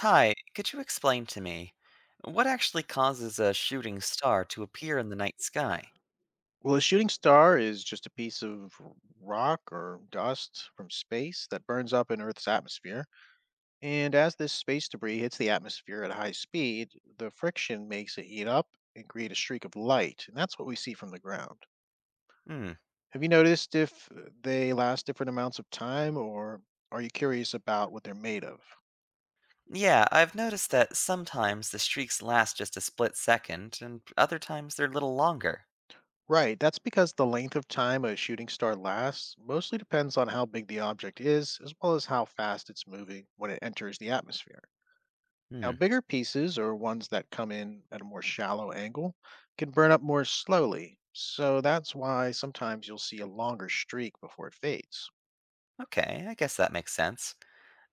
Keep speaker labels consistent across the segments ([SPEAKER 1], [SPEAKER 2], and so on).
[SPEAKER 1] Hi, could you explain to me what actually causes a shooting star to appear in the night sky?
[SPEAKER 2] Well, a shooting star is just a piece of rock or dust from space that burns up in Earth's atmosphere. And as this space debris hits the atmosphere at a high speed, the friction makes it heat up and create a streak of light. And that's what we see from the ground.
[SPEAKER 1] Hmm.
[SPEAKER 2] Have you noticed if they last different amounts of time, or are you curious about what they're made of?
[SPEAKER 1] Yeah, I've noticed that sometimes the streaks last just a split second, and other times they're a little longer.
[SPEAKER 2] Right, that's because the length of time a shooting star lasts mostly depends on how big the object is, as well as how fast it's moving when it enters the atmosphere. Now,
[SPEAKER 1] Hmm.
[SPEAKER 2] bigger pieces, or ones that come in at a more shallow angle, can burn up more slowly, so that's why sometimes you'll see a longer streak before it fades.
[SPEAKER 1] Okay, I guess that makes sense.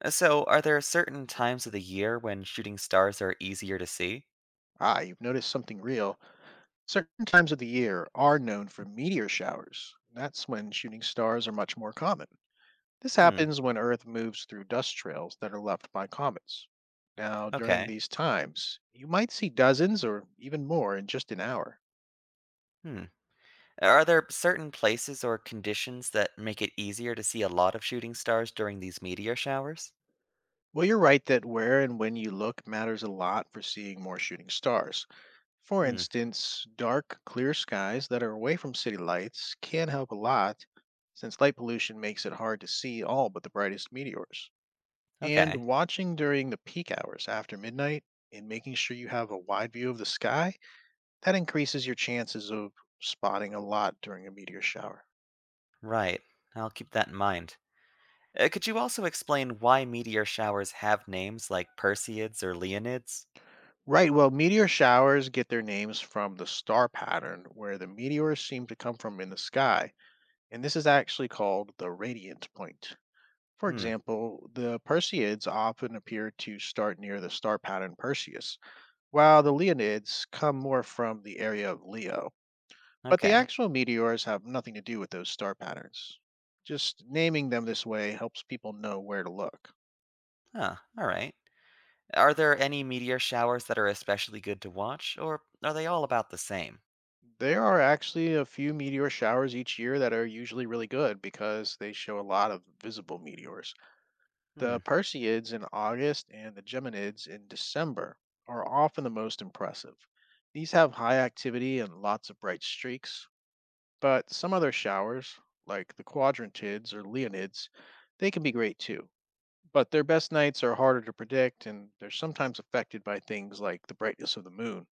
[SPEAKER 1] So, are there certain times of the year when shooting stars are easier to see?
[SPEAKER 2] Ah, you've noticed something real. Certain times of the year are known for meteor showers. That's when shooting stars are much more common. This
[SPEAKER 1] Hmm.
[SPEAKER 2] happens when Earth moves through dust trails that are left by comets. Now, during
[SPEAKER 1] Okay.
[SPEAKER 2] these times, you might see dozens or even more in just an hour.
[SPEAKER 1] Hmm. Are there certain places or conditions that make it easier to see a lot of shooting stars during these meteor showers?
[SPEAKER 2] Well, you're right that where and when you look matters a lot for seeing more shooting stars. For
[SPEAKER 1] Hmm.
[SPEAKER 2] instance, dark, clear skies that are away from city lights can help a lot since light pollution makes it hard to see all but the brightest meteors. And
[SPEAKER 1] Okay.
[SPEAKER 2] watching during the peak hours after midnight and making sure you have a wide view of the sky, that increases your chances of spotting a lot during a meteor shower.
[SPEAKER 1] Right. I'll keep that in mind. Could you also explain why meteor showers have names like Perseids or Leonids?
[SPEAKER 2] Right, well, meteor showers get their names from the star pattern where the meteors seem to come from in the sky, and this is actually called the radiant point. For
[SPEAKER 1] Hmm,
[SPEAKER 2] example, the Perseids often appear to start near the star pattern Perseus, while the Leonids come more from the area of Leo. But the
[SPEAKER 1] okay.
[SPEAKER 2] actual meteors have nothing to do with those star patterns. Just naming them this way helps people know where to look.
[SPEAKER 1] Huh, alright. Are there any meteor showers that are especially good to watch, or are they all about the same?
[SPEAKER 2] There are actually a few meteor showers each year that are usually really good because they show a lot of visible meteors.
[SPEAKER 1] Hmm,
[SPEAKER 2] The Perseids in August and the Geminids in December are often the most impressive. These have high activity and lots of bright streaks, but some other showers, like the Quadrantids or Leonids, they can be great too. But their best nights are harder to predict and they're sometimes affected by things like the brightness of the moon.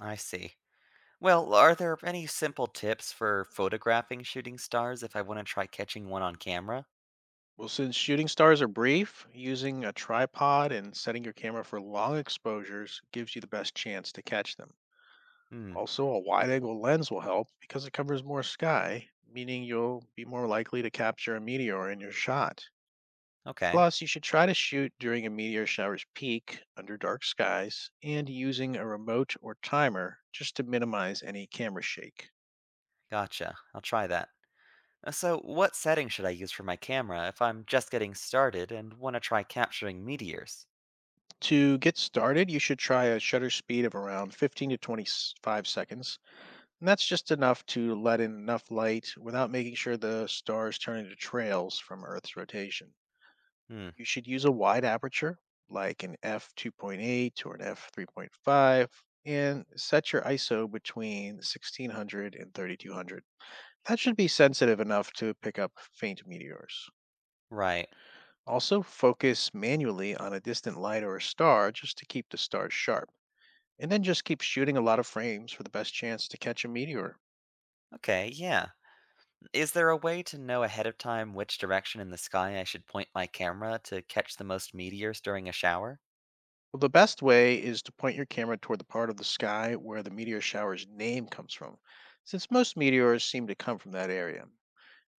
[SPEAKER 1] I see. Well, are there any simple tips for photographing shooting stars if I want to try catching one on camera?
[SPEAKER 2] Well, since shooting stars are brief, using a tripod and setting your camera for long exposures gives you the best chance to catch them.
[SPEAKER 1] Hmm,
[SPEAKER 2] Also, a wide angle lens will help because it covers more sky, meaning you'll be more likely to capture a meteor in your shot.
[SPEAKER 1] okay.
[SPEAKER 2] Plus, you should try to shoot during a meteor shower's peak under dark skies and using a remote or timer just to minimize any camera shake.
[SPEAKER 1] Gotcha. I'll try that. So, what setting should I use for my camera if I'm just getting started and want to try capturing meteors?
[SPEAKER 2] To get started, you should try a shutter speed of around 15 to 25 seconds. And that's just enough to let in enough light without making sure the stars turn into trails from Earth's rotation.
[SPEAKER 1] Hmm,
[SPEAKER 2] You should use a wide aperture, like an f2.8 or an f3.5, and set your ISO between 1,600 and 3,200. That should be sensitive enough to pick up faint meteors.
[SPEAKER 1] right.
[SPEAKER 2] Also, focus manually on a distant light or a star just to keep the stars sharp. And then just keep shooting a lot of frames for the best chance to catch a meteor.
[SPEAKER 1] Okay, yeah. Is there a way to know ahead of time which direction in the sky I should point my camera to catch the most meteors during a shower?
[SPEAKER 2] Well, the best way is to point your camera toward the part of the sky where the meteor shower's name comes from, since most meteors seem to come from that area.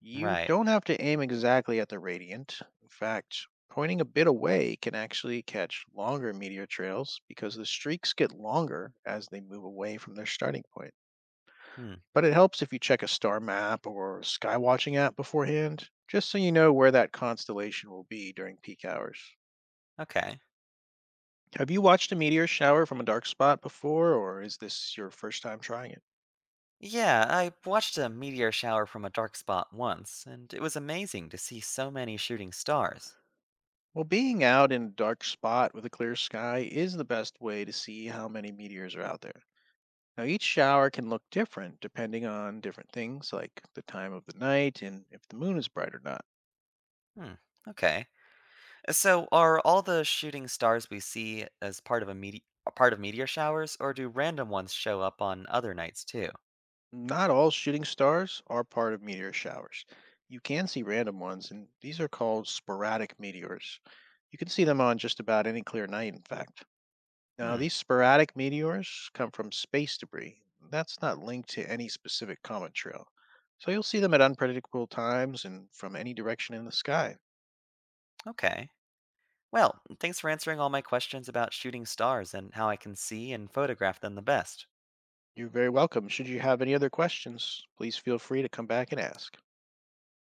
[SPEAKER 2] You
[SPEAKER 1] Right.
[SPEAKER 2] don't have to aim exactly at the radiant. In fact, pointing a bit away can actually catch longer meteor trails because the streaks get longer as they move away from their starting point.
[SPEAKER 1] Hmm,
[SPEAKER 2] But it helps if you check a star map or sky watching app beforehand, just so you know where that constellation will be during peak hours.
[SPEAKER 1] okay.
[SPEAKER 2] Have you watched a meteor shower from a dark spot before, or is this your first time trying it?
[SPEAKER 1] Yeah, I watched a meteor shower from a dark spot once, and it was amazing to see so many shooting stars.
[SPEAKER 2] Well, being out in a dark spot with a clear sky is the best way to see how many meteors are out there. Now, each shower can look different depending on different things like the time of the night and if the moon is bright or not.
[SPEAKER 1] Hmm, okay. So, are all the shooting stars we see as part of a a part of meteor showers, or do random ones show up on other nights too?
[SPEAKER 2] Not all shooting stars are part of meteor showers. You can see random ones, and these are called sporadic meteors. You can see them on just about any clear night, in fact. Now,
[SPEAKER 1] Hmm.
[SPEAKER 2] these sporadic meteors come from space debris that's not linked to any specific comet trail. So you'll see them at unpredictable times and from any direction in the sky.
[SPEAKER 1] Okay. Well, thanks for answering all my questions about shooting stars and how I can see and photograph them the best.
[SPEAKER 2] You're very welcome. Should you have any other questions, please feel free to come back and ask.